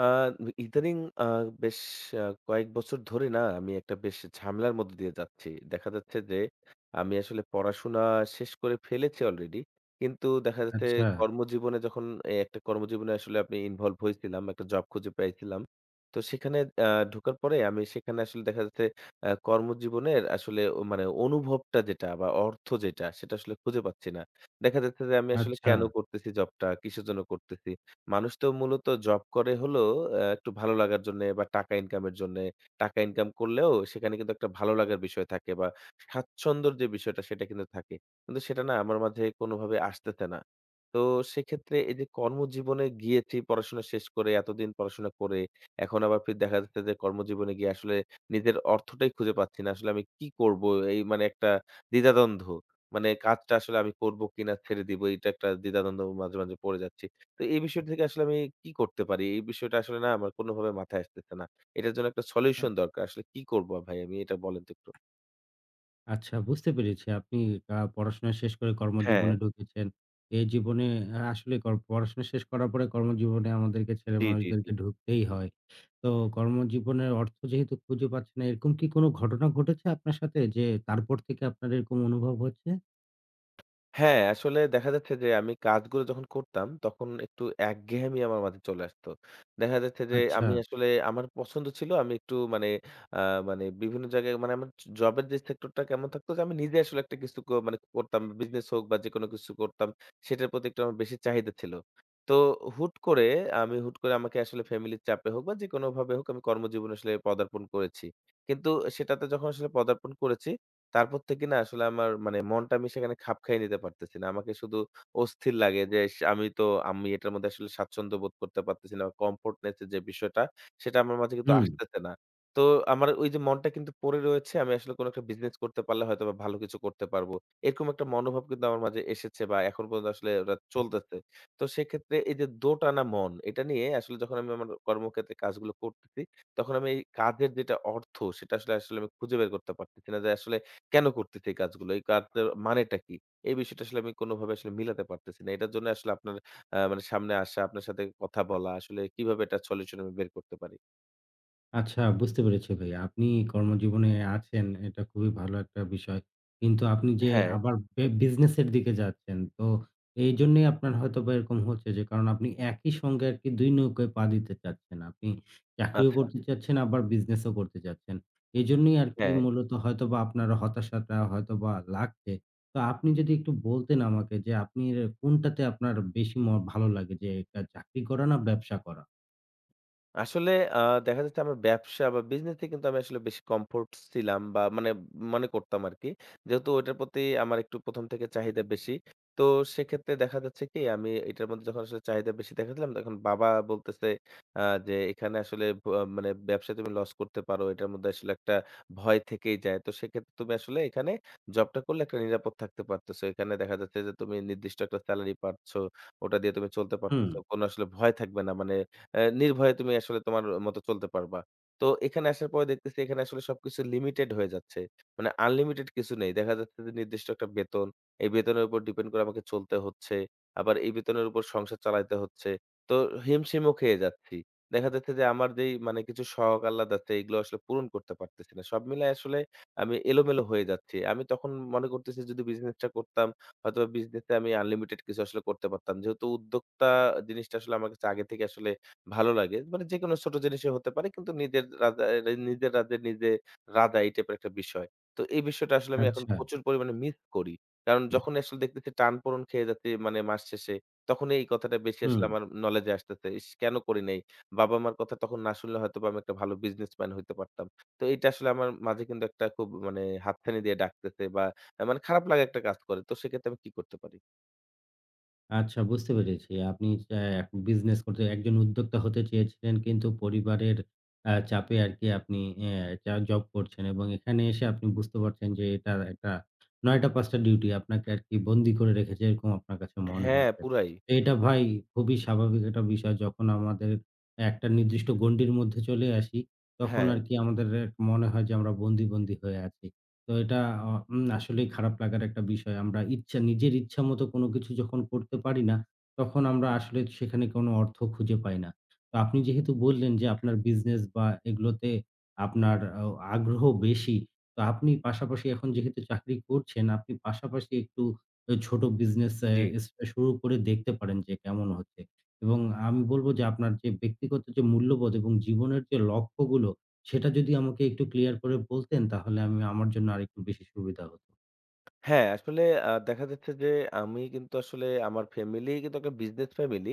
আ ইদানিং আ বেশ আ কয়েক বছর ধরে না আমি একটা বেশ ঝামেলার মধ্যে দিয়ে যাচ্ছি। দেখা যাচ্ছে যে আমি আসলে পড়াশোনা শেষ করে ফেলেছি অলরেডি। কিন্তু দেখা যাচ্ছে আচ্ছা, কর্মজীবনে যখন একটা কর্মজীবনে আসলে আমি ইনভলভ হয়েছিলাম, একটা জব খুঁজে পেয়েছিলাম। তো সেখানে আ ঢোকার পরে আমি সেখানে আসলে দেখা যাচ্ছে কর্মজীবনের আসলে মানে অনুভবটা যেটা বা অর্থ যেটা সেটা আসলে খুঁজে পাচ্ছি না। দেখা যাচ্ছে যে আমি আসলে আচ্ছা, কেন করতেছি জবটা, কিসের জন্য করতেছি? মানুষ তো মূলত জব করে হলো একটু ভালো লাগার জন্যে বা টাকা ইনকামের জন্যে। টাকা ইনকাম করলেও সেখানে কিন্তু একটা ভালো লাগার বিষয় থাকে বা স্বাচ্ছন্দ্যের যে বিষয়টা সেটা কিন্তু থাকে। কিন্তু সেটা না আমার মাঝে কোনোভাবে আসতেছে না। তো সেক্ষেত্রে এই যে কর্মজীবনে গিয়েছি পড়াশোনা শেষ করে, এতদিন পড়াশোনা করে, এখন আবার ফির দেখা যাচ্ছে যে কর্মজীবনে গিয়ে আসলে নিজের অর্থটাই খুঁজে পাচ্ছি না। আসলে আমি কি করব? এই মানে একটা দ্বিধাদ্বন্দ্ব। মানে কাজটা আসলে আমি করব কিনা ছেড়ে দিব। এটা একটা দ্বিধাদ্বন্দ্ব মাঝে মাঝে পড়ে যাচ্ছি। তো এই বিষয়টা থেকে আসলে আমি কি করতে পারি? এই বিষয়টা আসলে না আমার কোনভাবে মাথায় আসতেছে না। এটার জন্য একটা আ সলিউশন দরকার। আসলে কি করব ভাই আমি এটা বলেন তো একটু? আচ্ছা, বুঝতে পেরেছি। আপনি পড়াশোনা শেষ করে হ্যাঁ। কর্মজীবনে ঢুকেছেন। এই জীবনে আসলে পড়াশোনা শেষ করার পরে কর্মজীবনে আমাদেরকে ছেলে জি, জি, জি। মানুষদেরকে ঢুকতেই হয়। তো কর্মজীবনের অর্থ যেহেতু খুঁজে পাচ্ছেন না, এরকম কি কোনো ঘটনা ঘটেছে আপনার সাথে যে তারপর থেকে আপনার এরকম অনুভব হচ্ছে? হ্যাঁ, আসলে দেখা যাচ্ছে যে আমি কাজগুলো যখন করতাম তখন একটু একঘেয়েমি আমার মাঝে চলে আসতো। দেখা যাচ্ছে যে আচ্ছা, আমি আসলে আমার পছন্দ ছিল আমি একটু মানে আ মানে বিভিন্ন জায়গায় মানে আমার জবের যে সেক্টরটা কেমন থাকতো যে আমি নিজে আসলে একটা কিছু মানে করতাম বিজনেস হোক বা যেকোনো কিছু করতাম সেটার প্রতি একটু আমার বেশি চাহিদা ছিল। তো হুট করে আমি হুট করে আমাকে আসলে ফ্যামিলির চাপে হোক বা যেকোনোভাবে হোক আমি কর্মজীবনে আসলে পদার্পণ করেছি। কিন্তু সেটাতে যখন আসলে পদার্পণ করেছি তারপর থেকে না আসলে আমার মানে মনটা আমি সেখানে খাপ খাইয়ে নিতে পারতেছি না। আমাকে শুধু অস্থির লাগে যে আমি তো এটার মধ্যে আসলে স্বাচ্ছন্দ্য বোধ করতে পারতেছি না। কমফোর্টনেস এর যে বিষয়টা সেটা আমার মাঝে কিন্তু হুম। আসতেছে না। তো আমার ওই যে মনটা কিন্তু পড়ে রয়েছে আমি আসলে কোনো একটা বিজনেস করতে পারলে হয়তোবা ভালো কিছু করতে পারবো। এরকম একটা মনোভাব কিন্তু আমার মাঝে এসেছে বা এখন পর্যন্ত আসলে ওটা চলতেছে। তো সেক্ষেত্রে এই যে দোটানা মন এটা নিয়ে আসলে যখন আমি আমার কর্মক্ষেত্রে কাজগুলো করতেছি, তখন আমি এই কাজের যেটা অর্থ সেটা আসলে আসলে আমি খুঁজে বের করতে পারতেছি না যে আসলে কেন করতেছে এই কাজগুলো? এই কাজটার মানেটা কি? এই বিষয়টা আসলে আমি কোনভাবে আসলে মিলাতে পারতেছি না। এটার জন্য আসলে আপনার মানে সামনে আসা, আপনার সাথে কথা বলা, আসলে কিভাবে এটার সলিউশন আমি বের করতে পারি? আচ্ছা, বুঝতে পেরেছি ভাই। আপনি কর্মজীবনে আছেন, এটা খুবই ভালো একটা বিষয়। কিন্তু আপনি যে হ্যাঁ, আবার বিজনেস এর দিকে যাচ্ছেন। তো এইজন্যেই আপনার হয়তোবা এরকম হচ্ছে, যে কারণ আপনি একই সঙ্গে আরকি ২ নৌকায় পা দিতে চাচ্ছেন। আপনি চাকরিও আচ্ছা, করতে চাচ্ছেন, আবার বিজনেস ও করতে চাচ্ছেন। এজন্যই আরকি হ্যাঁ। মূলত হয়তোবা আপনার হতাশাটা হয়তোবা লাগছে। তো আপনি যদি একটু বলতেন আমাকে, যে আপনি এর কোনটাতে আপনার বেশি ভালো লাগে, যে এটা চাকরি করা না ব্যবসা করা? আসলে আ দেখা যাচ্ছে আমার ব্যবসা বা বিজনেসে কিন্তু আমি আসলে বেশি কমফোর্ট ছিলাম বা মানে মনে করতাম আরকি। যেহেতু ওইটার প্রতি আমার একটু ১ম থেকে চাহিদা বেশি। তো সেক্ষেত্রে দেখা যাচ্ছে কি আমি এটার মধ্যে যখন আসলে চাহিদা বেশি দেখাচ্ছিলাম তখন বাবা বলতেছে আ যে এখানে আসলে মানে ব্যবসায় তুমি লস করতে পারো। এটার মধ্যে আসলে একটা ভয় থেকেই যায়। তো সেক্ষেত্রে তুমি আসলে এখানে জবটা করলে একটা নিরাপদ থাকতে পারতেছো। এখানে দেখা যাচ্ছে যে তুমি নির্দিষ্ট একটা সেলারি পাচ্ছ। ওটা দিয়ে তুমি চলতে হুম, পারতেছো। কোন আসলে ভয় থাকবে না। মানে নির্ভয়ে তুমি আসলে তোমার মতো চলতে পারবা। তো এখানে আসার পরে দেখতেছি এখানে আসলে সবকিছু লিমিটেড হয়ে যাচ্ছে। মানে আনলিমিটেড কিছু নেই। দেখা যাচ্ছে যে নির্দিষ্ট একটা বেতন। এই বেতনের উপর ডিপেন্ড করে আমাকে চলতে হচ্ছে। আবার এই বেতনের উপর সংসার চালাইতে হচ্ছে। তো হিমশিমও খেয়ে যাচ্ছি। দেখা যাচ্ছে যে আমার যেই মানে কিছু শখ আহ্লাদ আছে এগুলো আসলে পূরণ করতে পারতেছি না। সব মিলায় আসলে আমি এলোমেলো হয়ে যাচ্ছি। আমি তখন মনে করতেছি যদি বিজনেসটা করতাম হয়তোবা বিজনেসে আমি আনলিমিটেড কিছু আসলে করতে পারতাম। যেহেতু উদ্যোক্তা জিনিসটা আসলে আমার কাছে আগে থেকে আসলে ভালো লাগে। মানে যেকোনো ছোট জিনিসই হতে পারে। কিন্তু নিজের রাঁধে নিজে রাঁধা এই টাইপের একটা বিষয়। তো এই বিষয়টা আসলে আমি এখন আচ্ছা, প্রচুর পরিমাণে মিস করি। কারণ যখনই আসলে দেখতেছি টানপোড়েন খেয়ে যাচ্ছি মানে মাস শেষে, তখনই এই কথাটা বেশি আসলে হুম। আমার নলেজে আসতেছে। ইস! কেন করি নাই? বাবা-মার কথা তখন না শুনলে হয়তোবা আমি একটা ভালো বিজনেসম্যান হইতে পারতাম। তো এইটা আসলে আমার মাঝে কিন্তু একটা খুব মানে হাতছানি দিয়ে ডাকতেছে বা মানে খারাপ লাগা একটা কাজ করে। তো সেক্ষেত্রে আমি কি করতে পারি? আচ্ছা, বুঝতে পেরেছি। আপনি এখন বিজনেস করতে একজন উদ্যোক্তা হতে চেয়েছিলেন, কিন্তু পরিবারের চাপে আরকি আপনি অ্যা যা জব করছেন, এবং এখানে এসে আপনি বুঝতে পারছেন যে এটার একটা ৯:০০-৫:০০ টা ডিউটি আপনাকে আরকি বন্দী করে রেখেছে, এরকম আপনার কাছে মনে হ্যাঁ, হচ্ছে। পুরাই। তো এটা ভাই খুবই স্বাভাবিক একটা বিষয়। যখন আমাদের একটা নির্দিষ্ট গণ্ডির মধ্যে চলে আসি, তখন হ্যাঁ, আরকি আমাদের মনে হয় যে আমরা বন্দী, বন্দী হয়ে আছি। তো এটা অ উম আসলেই খারাপ লাগার একটা বিষয়। আমরা নিজের ইচ্ছা মতো কোনো কিছু যখন করতে পারি না, তখন আমরা আসলে সেখানে কোনো অর্থ খুঁজে পাই না। তো আপনি যেহেতু বললেন যে আপনার বিজনেস বা এগুলোতে আপনার আগ্রহ বেশি। তো আপনি পাশাপাশি এখন যেহেতু চাকরি করছেন, আপনি পাশাপাশি একটু ছোট বিজনেস এ জি। এস শুরু করে দেখতে পারেন যে কেমন হচ্ছে। এবং আমি বলব যে আপনার যে ব্যক্তিগত যে মূল্যবোধ এবং জীবনের যে লক্ষ্যগুলো, সেটা যদি আমাকে একটু ক্লিয়ার করে বলতেন, তাহলে আমি আমার জন্য আরেকটু বেশি সুবিধা হতো। হ্যাঁ, আসলে দেখা যাচ্ছে যে আমি কিন্তু আসলে আমার ফ্যামিলি কিন্তু একটা বিজনেস ফ্যামিলি।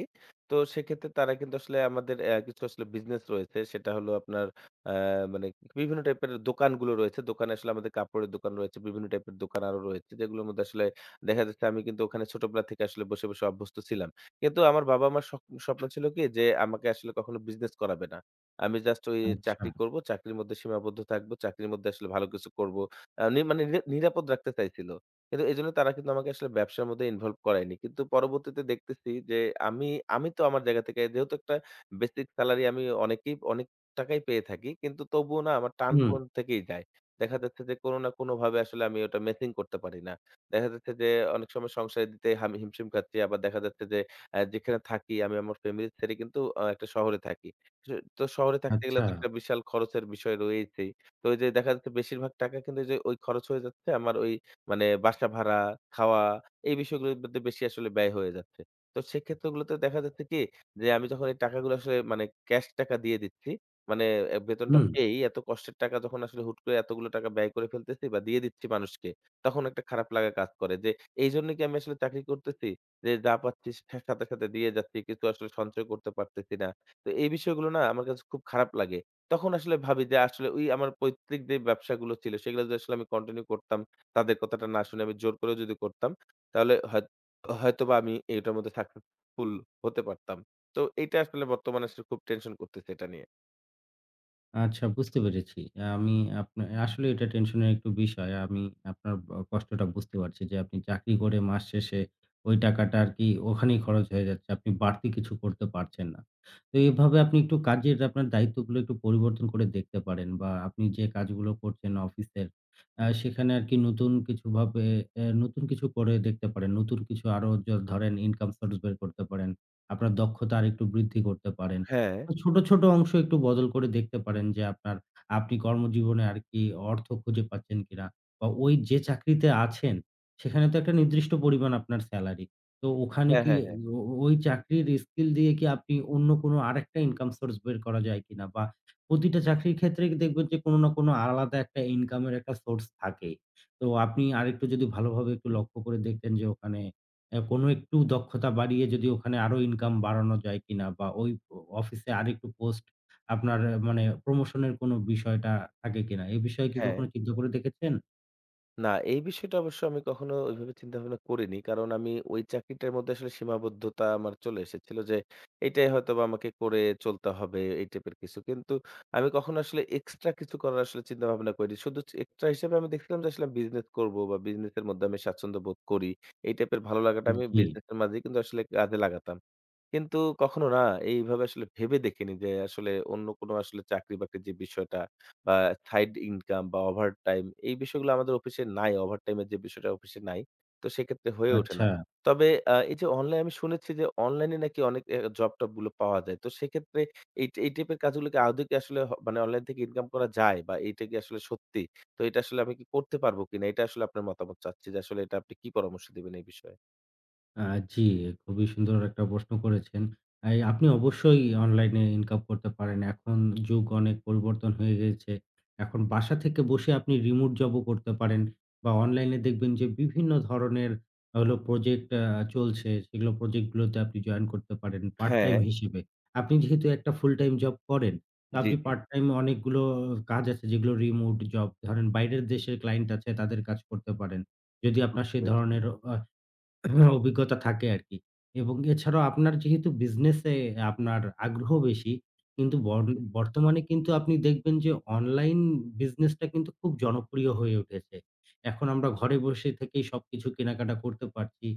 তো সেক্ষেত্রে তারা কিন্তু আসলে আমাদের কিছু আসলে বিজনেস রয়েছে। সেটা হলো আপনার আ মানে বিভিন্ন টাইপের দোকানগুলো রয়েছে। দোকানে আসলে আমাদের কাপড়ের দোকান রয়েছে, বিভিন্ন টাইপের দোকান আরো রয়েছে। যেগুলোর মধ্যে আসলে দেখা যাচ্ছে আমি কিন্তু ওখানে ছোটবেলা থেকে আসলে বসে বসে অভ্যস্ত ছিলাম। কিন্তু আমার বাবা-মার স্বপ্ন ছিল কি যে আমাকে আসলে কখনো বিজনেস করাবে না। আমি জাস্ট ওই আচ্ছা, চাকরি করব, চাকরির মধ্যে সীমাবদ্ধ থাকবো, চাকরির মধ্যে আসলে ভালো কিছু করব। আ নি মানে নিরা নিরাপদ রাখতে চাইছিল। কিন্তু এজন্য তারা কিন্তু আমাকে আসলে ব্যবসার মধ্যে ইনভলভ করায়নি। কিন্তু পরবর্তীতে দেখতেছি যে আমি, আমি তো আমার জায়গা থেকে যেহেতু একটা বেসিক সেলারি আমি অনেকেই অনেক টাকাই পেয়ে থাকি। কিন্তু তবুও না আমার টান হুম। পূরণ থেকেই যায়। দেখা যাচ্ছে যে কোনো না কোনোভাবে আসলে আমি ওটা মেসিং করতে পারি না। দেখা যাচ্ছে যে অনেক সময় সংসারে দিতে আমি হিমশিম খাচ্ছি। আবার দেখা যাচ্ছে যে যেখানে থাকি আমি আমার ফ্যামিলি ছেড়ে কিন্তু একটা শহরে থাকি। স তো শহরে থাকতে গেলে আচ্ছা। তো একটা বিশাল খরচের বিষয় রয়েছেই। তো ওই যে দেখা যাচ্ছে বেশিরভাগ টাকা কিন্তু ওই যে ওই খরচ হয়ে যাচ্ছে আমার ওই মানে বাসা ভাড়া, খাওয়া এই বিষয়গুলোর মধ্যে বেশি আসলে ব্যয় হয়ে যাচ্ছে। তো সেক্ষেত্রগুলোতে দেখা যাচ্ছে কি যে আমি যখন এই টাকাগুলো আসলে মানে ক্যাশ টাকা দিয়ে দিচ্ছি, মানে বেতনটা হুম। পেয়েই এত কষ্টের টাকা যখন আসলে হুট করে এতগুলো টাকা ব্যয় করে ফেলতেছি বা দিয়ে দিচ্ছি মানুষকে, তখন একটা খারাপ লাগা কাজ করে যে এইজন্য কি আমি আসলে চাকরি করতেছি? যে যা পাচ্ছি সাথে সাথে দিয়ে যাচ্ছি। কিছু আসলে সঞ্চয় করতে পারতেছি না। তো এই বিষয়গুলো না আমার কাছে খুব খারাপ লাগে। তখন আসলে ভাবি যে আসলে ওই আমার পৈতৃক যে ব্যবসাগুলো ছিল সেগুলো যদি আসলে আমি কন্টিনিউ করতাম তাদের কথাটা না শুনে আমি জোর করেও যদি করতাম, তাহলে হয়তোবা আমি এটার মধ্যে সাকসেসফুল হতে পারতাম। তো এইটা আসলে বর্তমানে আসলে খুব টেনশন করতেছে এটা নিয়ে। আচ্ছা, বুঝতে পেরেছি। আমি আপনা আসলে এটা টেনশনের একটু বিষয়। আমি আপনার কষ্টটা বুঝতে পারছি, যে আপনি চাকরি করে মাস শেষে ওই টাকাটা আরকি ওখানেই খরচ হয়ে যাচ্ছে। আপনি বাড়তি কিছু করতে পারছেন না। তো এভাবে আপনি একটু কাজের আপনার দায়িত্বগুলো একটু পরিবর্তন করে দেখতে পারেন, বা আপনি যে কাজগুলো করছেন অফিসের সেখানে আরকি নতুন কিছুভাবে নতুন কিছু করে দেখতে পারেন। নতুন কিছু আরো ধরেন ইনকাম সোর্স বের করতে পারেন। আপনার দক্ষতা আরেকটু বৃদ্ধি করতে পারেন। হ্যাঁ। ছোট, ছোট অংশ একটু বদল করে দেখতে পারেন যে আপনি কর্মজীবনে আর কি অর্থ খুঁজে পাচ্ছেন কিনা? বা ওই যে চাকরিতে আছেন, সেখানে তো একটা নির্দিষ্ট পরিমাণ আপনার স্যালারি। তো ওখানে হ্যাঁ, কি হ্যাঁ, হ্যাঁ, ও ও- ওই চাকরির স্কিল দিয়ে কি আপনি অন্য কোনো আরেকটা ইনকাম সোর্স বের করা যায় কিনা? বা প্রতিটা চাকরির ক্ষেত্রেই দেখবেন যে কোনো না কোনো আলাদা একটা ইনকামের একটা সোর্স থাকেই। তো আপনি আরেকটু যদি ভালোভাবে একটু লক্ষ্য করে দেখতেন যে ওখানে কোনো একটু দক্ষতা বাড়িয়ে যদি ওখানে আরো ইনকাম বাড়ানো যায় কিনা? বা ওই অফিসে আরেকটু পোস্ট আপনার মানে প্রমোশন এর কোনো বিষয়টা থাকে কিনা? এ বিষয়ে কি হ্যাঁ। কখনো চিন্তা করে দেখেছেন? না, এই বিষয়টা অবশ্য আমি কখনো ওইভাবে চিন্তাভাবনা করিনি। কারণ আমি ওই চাকরিটার মধ্যে আসলে সীমাবদ্ধতা আমার চলে এসেছিল যে, এটাই হয়তোবা আমাকে করে চলতে হবে এই টাইপের কিছু। কিন্তু আমি কখনো আসলে এক্সট্রা কিছু করার আসলে চিন্তাভাবনা করিনি। শুধু এক্সট্রা হিসেবে আমি দেখছিলাম যে আসলে বিজনেস করব বা বিজনেসের মধ্যে আমি স্বাচ্ছন্দ্য বোধ করি। এই টাইপের ভালো লাগাটা আমি জি, বিজনেসের মাঝেই কিন্তু আসলে কাজে লাগাতাম। কিন্তু কখনো না এইভাবে আসলে ভেবে দেখিনি যে আসলে অন্য কোনো আসলে চাকরি-বাকরির যে বিষয়টা বা সাইড ইনকাম বা ওভারটাইম এই বিষয়গুলো আমাদের অফিসে নাই। ওভারটাইমের যে বিষয়টা অফিসে নাই। তো সেক্ষেত্রে হয়ে ওঠে না। আচ্ছা। তবে এই যে অনলাইন আমি শুনেছি যে অনলাইনে নাকি অনেক জব-টব গুলো পাওয়া যায়। তো সেক্ষেত্রে এই এই টাইপের কাজগুলো কি আদৌ কি আসলে মানে অনলাইন থেকে ইনকাম করা যায় বা এইটা কি আসলে সত্যি? তো এটা আসলে আমি কি করতে পারবো কিনা? এটা আসলে আপনার মতামত চাচ্ছি যে আসলে এটা আপনি কি পরামর্শ দিবেন এই বিষয়ে? আ জি, খুবই সুন্দর একটা প্রশ্ন করেছেন। আপনি অবশ্যই অনলাইনে ইনকাম করতে পারেন। এখন যুগ অনেক পরিবর্তন হয়ে গেছে। এখন বাসা থেকে বসে আপনি রিমোট জবও করতে পারেন, বা অনলাইনে দেখবেন যে বিভিন্ন ধরনের হলো প্রজেক্ট চলছে। সেগুলো প্রজেক্টগুলোতে আপনি জয়েন করতে পারেন পার্ট হ্যাঁ, টাইম হিসেবে। আপনি যেহেতু একটা ফুল টাইম জব করেন, তো জি, আপনি জি। পার্ট টাইম অনেকগুলো কাজ আছে যেগুলো রিমোট জব। ধরেন বাইরের দেশের ক্লায়েন্ট আছে, তাদের কাজ করতে পারেন। যদি আপনার বুঝতে সে পেরেছি। ধরনের আ হ্যাঁ, অভিজ্ঞতা থাকে আরকি। এবং এছাড়াও আপনার যেহেতু বিজনেসে আপনার আগ্রহ বেশি, কিন্তু বর্তমানে কিন্তু আপনি দেখবেন যে অনলাইন বিজনেসটা কিন্তু খুব জনপ্রিয় হয়ে উঠেছে। এখন আমরা ঘরে বসে থেকেই সবকিছু কেনাকাটা করতে পারছি।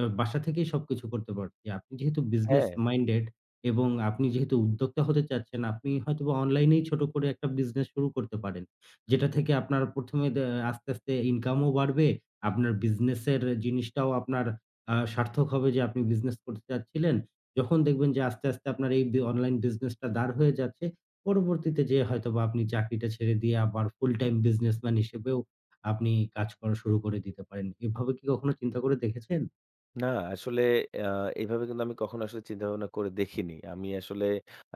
বাসা থেকেই সবকিছু করতে পারছি। আপনি যেহেতু বিজনেস হ্যাঁ। মাইন্ডেড এবং আপনি যেহেতু উদ্যোক্তা হতে চাচ্ছেন, আপনি হয়তোবা অনলাইনেই ছোট করে একটা বিজনেস শুরু করতে পারেন। যেটা থেকে আপনার ১ম এ দে আস্তে, আস্তে ইনকামও বাড়বে। আপনার বিজনেসের জিনিসটাও আপনার সার্থক হবে যে আপনি বিজনেস করতে চাচ্ছিলেন। যখন দেখবেন যে আস্তে, আস্তে আপনার এই অনলাইন বিজনেসটা দাঁড় হয়ে যাচ্ছে, পরবর্তীতে যেয়ে হয়তোবা আপনি চাকরিটা ছেড়ে দিয়ে আবার ফুল টাইম বিজনেসম্যান হিসেবেও আপনি কাজ করা শুরু করে দিতে পারেন। এভাবে কি কখনো চিন্তা করে দেখেছেন? না, আসলে আ এভাবে কিন্তু আমি কখনো আসলে চিন্তা-ভাবনা করে দেখিনি। আমি আসলে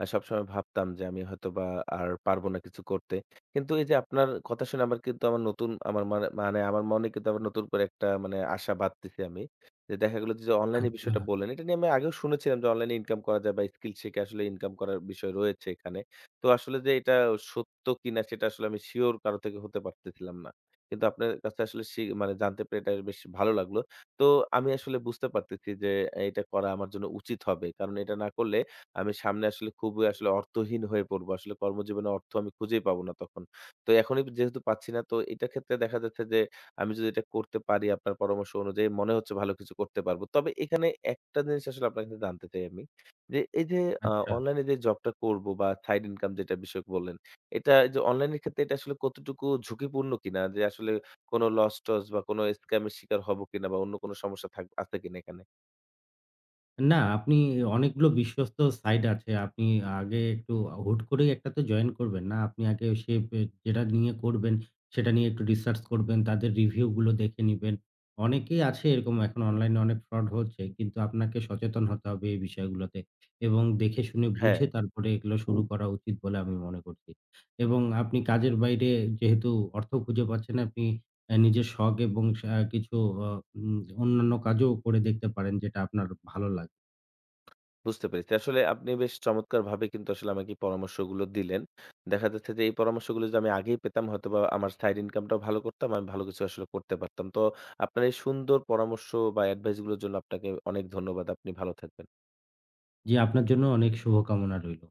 সবসময় ভাবতাম যে আমি হয়তোবা আর পারব না কিছু করতে। কিন্তু এই যে আপনার কথা শুনে আমার কিন্তু আমার নতুন আমার মানে মানে আমার মনে কিন্তু আবার নতুন করে একটা মানে আশা বাঁধতেছি আমি। যে দেখা গেল যে অনলাইন এর আচ্ছা, বিষয়টা বললেন, এটা নিয়ে আমি আগেও শুনেছিলাম যে অনলাইন এ ইনকাম করা যায় বা স্কিল শিখে আসলে ইনকাম করার বিষয় রয়েছে এখানে। তো আসলে যে এটা সত্য কিনা সেটা আসলে আমি সিওর কারো থেকে হতে পারতেছিলাম না। কিন্তু আপনার কাছে আসলে মানে জানতে পেরে এটা বেশ ভালো লাগলো। তো আমি আসলে বুঝতে পারতেছি যে এটা করা আমার জন্য উচিত হবে। কারণ এটা না করলে আমি সামনে আসলে খুবই আসলে অর্থহীন হয়ে পড়বো। আসলে কর্মজীবনে অর্থ আমি খুঁজেই পাবো না তখন। তো এখনই যেহেতু পাচ্ছি না তো এটার ক্ষেত্রে দেখা যাচ্ছে যে আমি যদি এটা করতে পারি আপনার পরামর্শ অনুযায়ী মনে হচ্ছে ভালো কিছু করতে পারবো। তবে এখানে একটা জিনিস আসলে আপনার কাছে জানতে চাই আমি। যে এই যে আচ্ছা। অনলাইনে যে জবটা করবো বা সাইড ইনকাম যেটা বিষয়ক বললেন, এটা এই যে অনলাইন এর ক্ষেত্রে এটা আসলে কতটুকু ঝুঁকিপূর্ণ কিনা? যে আসলে কোনো লস-টস বা কোনো স্ক্যাম এর শিকার হবো কিনা বা অন্য কোনো সমস্যা আছে কিনা এখানে? না, আপনি অনেকগুলো বিশ্বস্ত সাইট আছে। আপনি আগে একটু হুট করেই একটাতে জয়েন করবেন না। আপনি আগে সে পে যেটা নিয়ে করবেন, সেটা নিয়ে একটু রিসার্চ করবেন, তাদের রিভিউ গুলো দেখে নিবেন। অনেকেই আছে এরকম, এখন অনলাইনে অনেক ফ্রড হচ্ছে। কিন্তু আপনাকে সচেতন হতে হবে এই বিষয়গুলোতে, এবং দেখে শুনে হ্যাঁ, বুঝে তারপরে এগুলো শুরু করা উচিত বলে আমি মনে করছি। এবং আপনি কাজের বাইরে যেহেতু অর্থ খুঁজে পাচ্ছেন, আপনি নিজের শখ এবং কিছু অ উম অন্যান্য কাজও করে দেখতে পারেন যেটা আপনার ভালো লাগ বুঝতে পেরেছি। আসলে আপনি বেশ চমৎকারভাবে কিন্তু আসলে আমাকে এই পরামর্শগুলো দিলেন। দেখা যাচ্ছে যে এই পরামর্শগুলো যদি আমি আগেই পেতাম হয়তোবা আমার সাইড ইনকামটাও ভালো করতাম, আমি ভালো কিছু আসলে করতে পারতাম। তো আপনার এই সুন্দর পরামর্শ বা এডভাইস গুলোর জন্য আপনাকে অনেক ধন্যবাদ। আপনি ভালো থাকবেন। জি, আপনার জন্য অনেক শুভকামনা রইল।